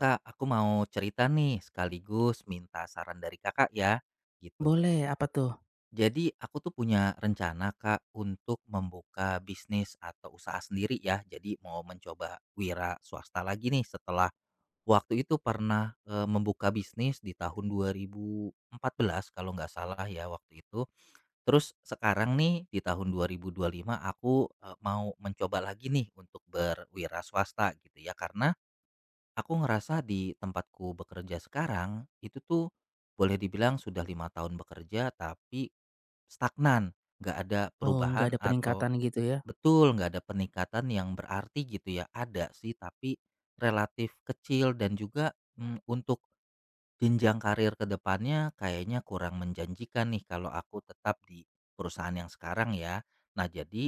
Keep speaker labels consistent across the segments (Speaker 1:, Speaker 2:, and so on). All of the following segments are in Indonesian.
Speaker 1: Kak, aku mau cerita nih sekaligus minta saran dari Kakak ya, gitu.
Speaker 2: Boleh, apa tuh?
Speaker 1: Jadi aku tuh punya rencana Kak untuk membuka bisnis atau usaha sendiri ya. Jadi mau mencoba wira swasta lagi nih setelah waktu itu pernah membuka bisnis di tahun 2014 kalau nggak salah ya waktu itu. Terus sekarang nih di tahun 2025 aku mau mencoba lagi nih untuk berwira swasta gitu ya karena aku ngerasa di tempatku bekerja sekarang itu tuh boleh dibilang sudah 5 tahun bekerja tapi stagnan, nggak ada
Speaker 2: Oh, nggak
Speaker 1: perubahan
Speaker 2: ada
Speaker 1: atau.
Speaker 2: peningkatan gitu ya?
Speaker 1: Betul, nggak ada peningkatan yang berarti gitu ya. Ada sih tapi relatif kecil dan juga untuk jenjang karir ke depannya kayaknya kurang menjanjikan nih kalau aku tetap di perusahaan yang sekarang ya. Nah, jadi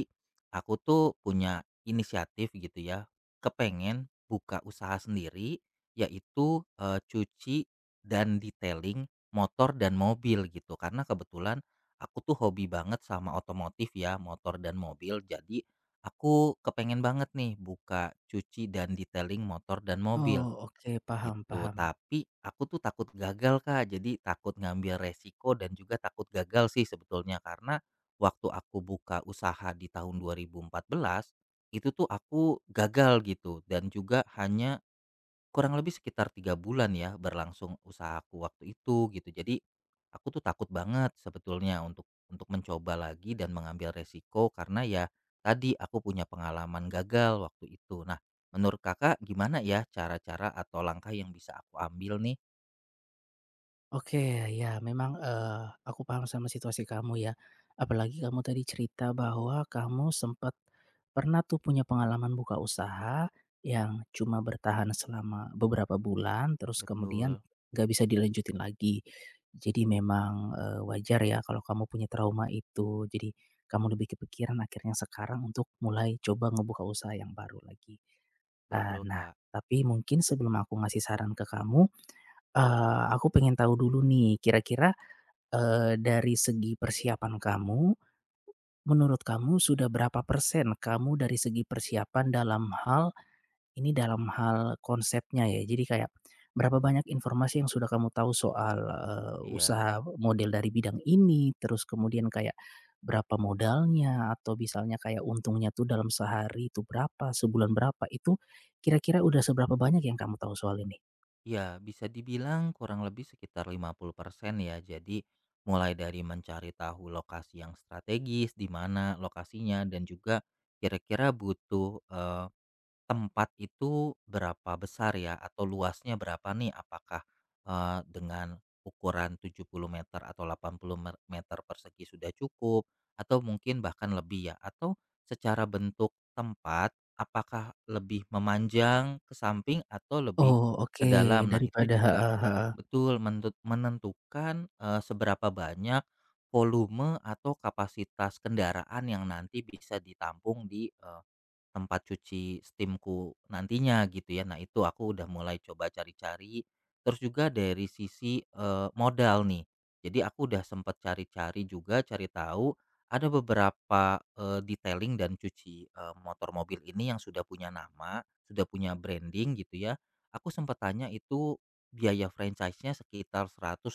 Speaker 1: aku tuh punya inisiatif gitu ya, kepengen buka usaha sendiri yaitu cuci dan detailing motor dan mobil gitu. Karena kebetulan aku tuh hobi banget sama otomotif ya, motor dan mobil. Jadi aku kepengen banget nih buka cuci dan detailing motor dan mobil.
Speaker 2: Oh, oke, paham
Speaker 1: Gitu,
Speaker 2: paham.
Speaker 1: tapi aku tuh takut gagal, Kak. Jadi takut ngambil resiko dan juga takut gagal sih sebetulnya karena waktu aku buka usaha di tahun 2014 itu tuh aku gagal gitu dan juga hanya kurang lebih sekitar 3 bulan ya berlangsung usahaku waktu itu gitu. Jadi aku tuh takut banget sebetulnya untuk mencoba lagi dan mengambil resiko karena ya tadi aku punya pengalaman gagal waktu itu. Nah, menurut Kakak gimana ya cara-cara atau langkah yang bisa aku ambil nih?
Speaker 2: Oke, ya memang, aku paham sama situasi kamu ya. Apalagi kamu tadi cerita bahwa kamu sempat pernah tuh punya pengalaman buka usaha yang cuma bertahan selama beberapa bulan, terus kemudian
Speaker 1: Betul,
Speaker 2: nggak bisa dilanjutin lagi. Jadi memang, wajar ya kalau kamu punya trauma itu. Jadi kamu lebih kepikiran akhirnya sekarang untuk mulai coba ngebuka usaha yang baru lagi. Eee,
Speaker 1: betul
Speaker 2: nah,
Speaker 1: Kak.
Speaker 2: tapi mungkin sebelum aku ngasih saran ke kamu, aku pengen tahu dulu nih kira-kira, dari segi persiapan kamu, menurut kamu sudah berapa persen kamu dari segi persiapan dalam hal ini, dalam hal konsepnya ya. Jadi kayak berapa banyak informasi yang sudah kamu tahu soal,
Speaker 1: Iya.
Speaker 2: usaha model dari bidang ini, terus kemudian kayak berapa modalnya, atau misalnya kayak untungnya tuh dalam sehari itu berapa, sebulan berapa. Itu kira-kira udah seberapa banyak yang kamu tahu soal ini?
Speaker 1: Ya, bisa dibilang kurang lebih sekitar 50% ya. Jadi mulai dari mencari tahu lokasi yang strategis, di mana lokasinya dan juga kira-kira butuh tempat itu berapa besar ya? Atau luasnya berapa nih? Apakah, dengan ukuran 70 meter atau 80 meter persegi sudah cukup? Atau mungkin bahkan lebih ya? Atau secara bentuk tempat, apakah lebih memanjang ke samping atau lebih
Speaker 2: Oh,
Speaker 1: ke
Speaker 2: oke,
Speaker 1: dalam? Nah, itu
Speaker 2: daripada
Speaker 1: juga
Speaker 2: heeh heeh,
Speaker 1: betul menentukan, seberapa banyak volume atau kapasitas kendaraan yang nanti bisa ditampung di tempat cuci steamku nantinya gitu ya. Nah itu aku udah mulai coba cari-cari, terus juga dari sisi, modal nih. Jadi aku udah sempet cari-cari juga, cari tahu ada beberapa, detailing dan cuci, motor mobil ini yang sudah punya nama, sudah punya branding gitu ya. Aku sempet tanya itu biaya franchise-nya sekitar rp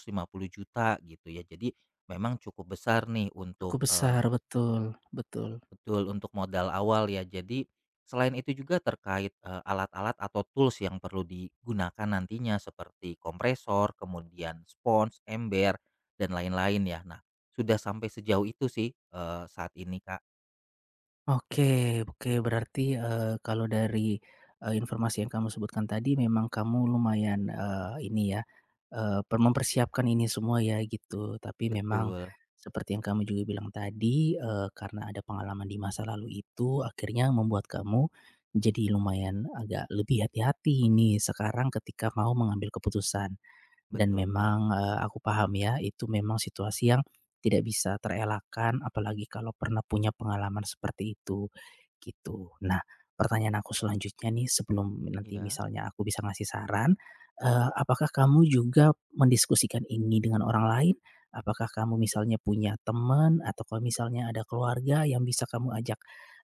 Speaker 1: juta gitu ya. Jadi memang cukup besar nih
Speaker 2: cukup
Speaker 1: untuk.
Speaker 2: besar, betul betul.
Speaker 1: Betul, untuk modal awal ya. Jadi selain itu juga terkait alat-alat atau tools yang perlu digunakan nantinya seperti kompresor, kemudian spons, ember, dan lain-lain ya. Nah, sudah sampai sejauh itu sih saat ini Kak.
Speaker 2: Oke oke berarti, kalau dari, informasi yang kamu sebutkan tadi memang kamu lumayan, ini ya, mempersiapkan ini semua ya gitu, tapi memang
Speaker 1: Betul,
Speaker 2: seperti yang kamu juga bilang tadi, karena ada pengalaman di masa lalu itu akhirnya membuat kamu jadi lumayan agak lebih hati-hati ini sekarang ketika mau mengambil keputusan. Dan
Speaker 1: betul Kak.
Speaker 2: memang, aku paham ya, itu memang situasi yang tidak bisa terelakkan, apalagi kalau pernah punya pengalaman seperti itu, gitu. Nah, pertanyaan aku selanjutnya nih sebelum nanti
Speaker 1: Iya.
Speaker 2: misalnya aku bisa ngasih saran, apakah kamu juga mendiskusikan ini dengan orang lain? Apakah kamu misalnya punya teman, atau kalau misalnya ada keluarga yang bisa kamu ajak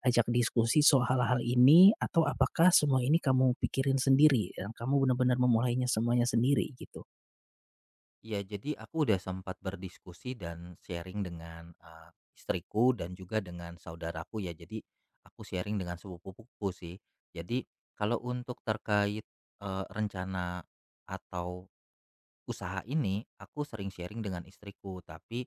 Speaker 2: ajak diskusi soal hal-hal ini? Atau apakah semua ini kamu pikirin sendiri, dan kamu benar-benar memulainya semuanya sendiri, gitu?
Speaker 1: Iya, jadi aku udah sempat berdiskusi dan sharing dengan istriku dan juga dengan saudaraku ya. Jadi aku sharing dengan sepupuku sih. Jadi kalau untuk terkait rencana atau usaha ini, aku sering sharing dengan istriku. Tapi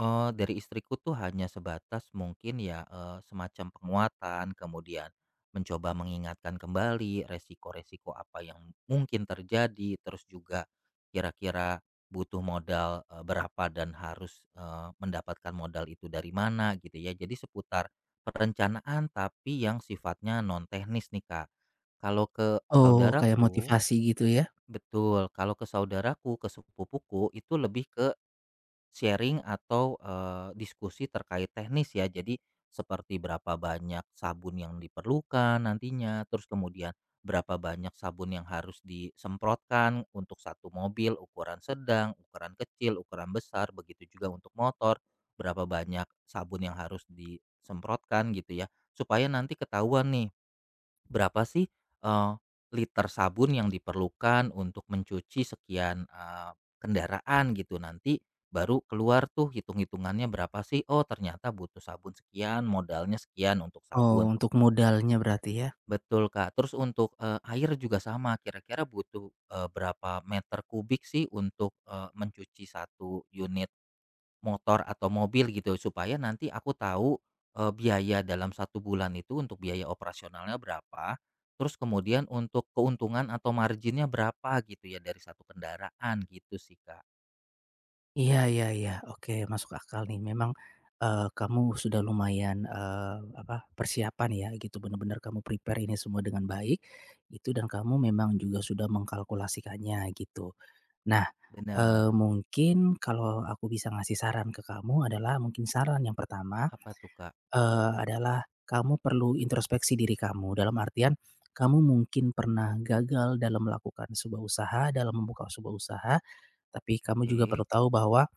Speaker 1: Dari istriku tuh hanya sebatas mungkin ya, semacam penguatan, kemudian mencoba mengingatkan kembali resiko-resiko apa yang mungkin terjadi, terus juga kira-kira butuh modal, berapa dan harus, mendapatkan modal itu dari mana gitu ya. Jadi seputar perencanaan tapi yang sifatnya non teknis nih, Kak. Kalau ke
Speaker 2: Oh, kayak
Speaker 1: saudaraku.
Speaker 2: motivasi gitu ya?
Speaker 1: Betul, kalau ke saudaraku, ke sepupuku itu lebih ke sharing atau, diskusi terkait teknis ya. Jadi seperti berapa banyak sabun yang diperlukan nantinya, terus kemudian berapa banyak sabun yang harus disemprotkan untuk satu mobil, ukuran sedang, ukuran kecil, ukuran besar, begitu juga untuk motor, berapa banyak sabun yang harus disemprotkan gitu ya. Supaya nanti ketahuan nih berapa sih, eee, liter sabun yang diperlukan untuk mencuci sekian, kendaraan gitu nanti baru keluar tuh hitung-hitungannya berapa sih, oh ternyata butuh sabun sekian, modalnya sekian untuk
Speaker 2: Oh,
Speaker 1: sabun.
Speaker 2: untuk modalnya berarti ya?
Speaker 1: Betul, Kak. Terus untuk, air juga sama kira-kira butuh, berapa meter kubik sih untuk, mencuci satu unit motor atau mobil gitu supaya nanti aku tahu, biaya dalam satu bulan itu untuk biaya operasionalnya berapa, terus kemudian untuk keuntungan atau marginnya berapa gitu ya dari satu kendaraan gitu sih, Kak.
Speaker 2: Iya iya iya, oke, masuk akal nih. Memang, kamu sudah lumayan, apa, persiapan ya gitu, benar-benar kamu prepare ini semua dengan baik itu, dan kamu memang juga sudah mengkalkulasikannya gitu. Nah,
Speaker 1: Bener.
Speaker 2: mungkin kalau aku bisa ngasih saran ke kamu adalah, mungkin saran yang pertama,
Speaker 1: Apa tuh, Kak?
Speaker 2: Adalah kamu perlu introspeksi diri kamu, dalam artian kamu mungkin pernah gagal dalam melakukan sebuah usaha, dalam membuka sebuah usaha, tapi kamu juga perlu
Speaker 1: Oke,
Speaker 2: tahu bahwa,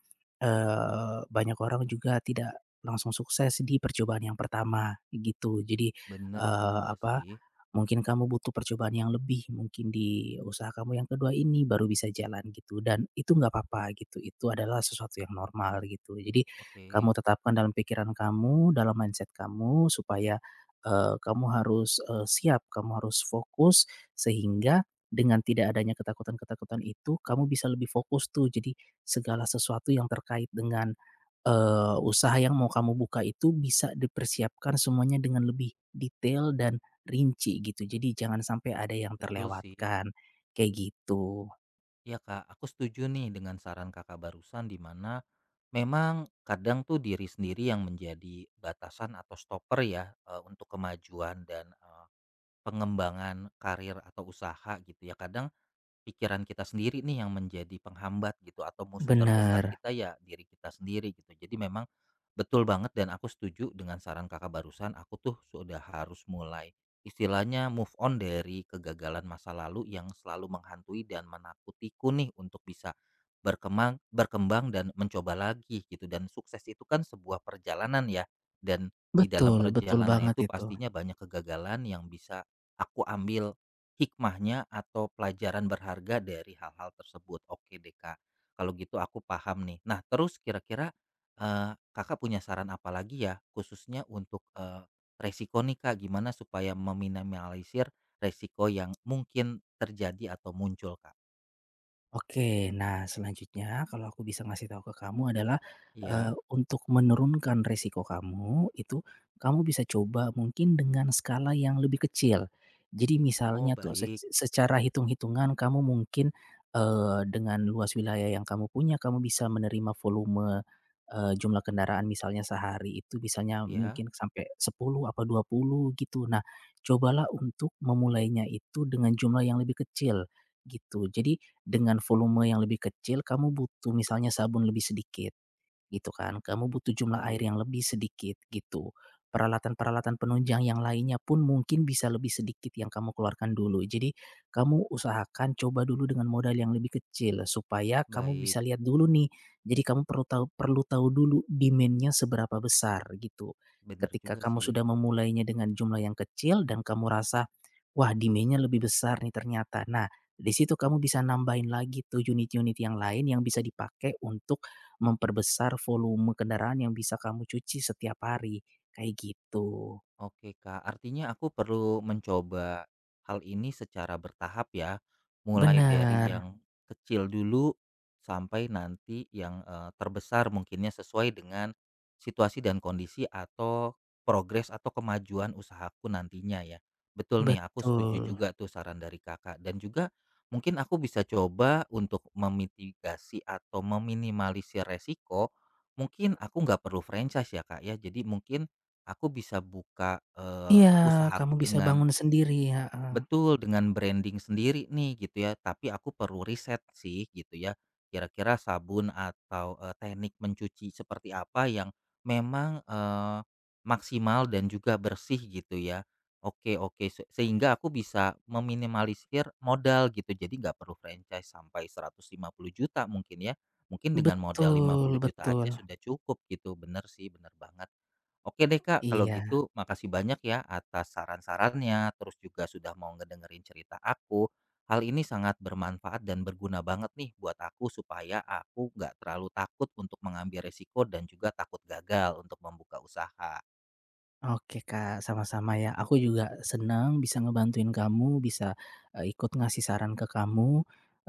Speaker 2: banyak orang juga tidak langsung sukses di percobaan yang pertama, gitu. Jadi,
Speaker 1: bener
Speaker 2: eee,
Speaker 1: juga
Speaker 2: apa
Speaker 1: sih.
Speaker 2: mungkin kamu butuh percobaan yang lebih, mungkin di usaha kamu yang kedua ini baru bisa jalan gitu, dan itu nggak apa-apa gitu, itu adalah sesuatu yang normal gitu. Jadi kamu
Speaker 1: Oke,
Speaker 2: tetapkan dalam pikiran kamu, dalam mindset kamu supaya, kamu harus, siap, kamu harus fokus, sehingga dengan tidak adanya ketakutan-ketakutan itu kamu bisa lebih fokus tuh. Jadi segala sesuatu yang terkait dengan, usaha yang mau kamu buka itu bisa dipersiapkan semuanya dengan lebih detail dan rinci gitu, jadi jangan sampai ada yang
Speaker 1: betul sih.
Speaker 2: terlewatkan, kayak gitu.
Speaker 1: Iya, Kak, aku setuju nih dengan saran Kakak barusan di mana memang kadang tuh diri sendiri yang menjadi batasan atau stopper ya, untuk kemajuan dan pengembangan karir atau usaha gitu ya kadang pikiran kita sendiri nih yang menjadi penghambat gitu atau musuh terbesar
Speaker 2: Benar,
Speaker 1: kita ya diri kita sendiri gitu. Jadi memang betul banget dan aku setuju dengan saran Kakak barusan, aku tuh sudah harus mulai istilahnya move on dari kegagalan masa lalu yang selalu menghantui dan menakutiku nih untuk bisa berkembang berkembang dan mencoba lagi gitu dan sukses itu kan sebuah perjalanan ya dan di dalam
Speaker 2: betul betul
Speaker 1: perjalanan
Speaker 2: banget
Speaker 1: itu
Speaker 2: itu.
Speaker 1: pastinya banyak kegagalan yang bisa aku ambil hikmahnya atau pelajaran berharga dari hal-hal tersebut. Oke deh, Kak. Kalau gitu aku paham nih. Nah, terus kira-kira, Kakak punya saran apa lagi ya khususnya untuk, resiko nih, Kak? Gimana supaya meminimalisir resiko yang mungkin terjadi atau muncul, Kak?
Speaker 2: Oke, nah selanjutnya kalau aku bisa ngasih tahu ke kamu adalah,
Speaker 1: Ya.
Speaker 2: untuk menurunkan resiko kamu itu, kamu bisa coba mungkin dengan skala yang lebih kecil. Jadi
Speaker 1: Oh,
Speaker 2: misalnya tuh,
Speaker 1: baik.
Speaker 2: secara hitung-hitungan kamu mungkin, dengan luas wilayah yang kamu punya kamu bisa menerima volume, jumlah kendaraan misalnya sehari itu misalnya
Speaker 1: Ya,
Speaker 2: mungkin sampai 10 apa 20 gitu. Nah, cobalah untuk memulainya itu dengan jumlah yang lebih kecil gitu. Jadi, dengan volume yang lebih kecil kamu butuh misalnya sabun lebih sedikit, gitu kan, kamu butuh jumlah air
Speaker 1: baik,
Speaker 2: yang lebih sedikit gitu. Peralatan-peralatan penunjang yang lainnya pun mungkin bisa lebih sedikit yang kamu keluarkan dulu. Jadi kamu usahakan coba dulu dengan modal yang lebih kecil supaya kamu
Speaker 1: baik.
Speaker 2: bisa lihat dulu nih. Jadi kamu perlu tahu dulu demand-nya seberapa besar gitu.
Speaker 1: Benar
Speaker 2: Ketika
Speaker 1: juga
Speaker 2: kamu
Speaker 1: sih.
Speaker 2: sudah memulainya dengan jumlah yang kecil dan kamu rasa, wah, demand-nya lebih besar nih ternyata. Nah, di situ kamu bisa nambahin lagi tuh unit-unit yang lain yang bisa dipakai untuk memperbesar volume kendaraan yang bisa kamu cuci setiap hari, kayak gitu.
Speaker 1: Oke Kak, artinya aku perlu mencoba hal ini secara bertahap ya, mulai dari
Speaker 2: Benar,
Speaker 1: yang kecil dulu sampai nanti yang terbesar mungkinnya sesuai dengan situasi dan kondisi atau progres atau kemajuan usahaku nantinya ya. Betul nih, aku setuju
Speaker 2: betul.
Speaker 1: juga tuh saran dari kakak dan juga mungkin aku bisa coba untuk memitigasi atau meminimalisir resiko. Mungkin aku nggak perlu franchise ya kak ya, jadi mungkin aku bisa buka,
Speaker 2: Iya, kamu
Speaker 1: usahaku
Speaker 2: bisa
Speaker 1: dengan.
Speaker 2: bangun sendiri, heeh.
Speaker 1: Betul, dengan branding sendiri nih gitu ya, tapi aku perlu riset sih gitu ya. Kira-kira sabun atau, teknik mencuci seperti apa yang memang, maksimal dan juga bersih gitu ya. Oke oke, sehingga aku bisa meminimalisir modal gitu, jadi nggak perlu franchise sampai rp juta mungkin ya, mungkin dengan modal rp
Speaker 2: Betul
Speaker 1: juta aja
Speaker 2: betul,
Speaker 1: sudah cukup gitu. Bener sih, bener banget. Oke deh Kak, kalau
Speaker 2: iya.
Speaker 1: gitu makasih banyak ya atas saran-sarannya, terus juga sudah mau ngedengerin cerita aku. Hal ini sangat bermanfaat dan berguna banget nih buat aku supaya aku nggak terlalu takut untuk mengambil resiko dan juga takut gagal untuk membuka usaha.
Speaker 2: Oke Kak, sama-sama ya. Aku juga senang bisa ngebantuin kamu, bisa, ikut ngasih saran ke kamu.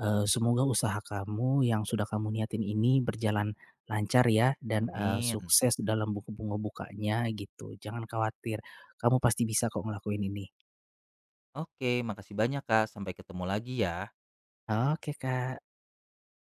Speaker 2: Semoga usaha kamu yang sudah kamu niatin ini berjalan lancar ya dan,
Speaker 1: Amin.
Speaker 2: sukses dalam buku bunga bukanya gitu. Jangan khawatir, kamu pasti bisa kok ngelakuin ini.
Speaker 1: Oke, makasih banyak Kak. Sampai ketemu lagi ya.
Speaker 2: Oke Kak.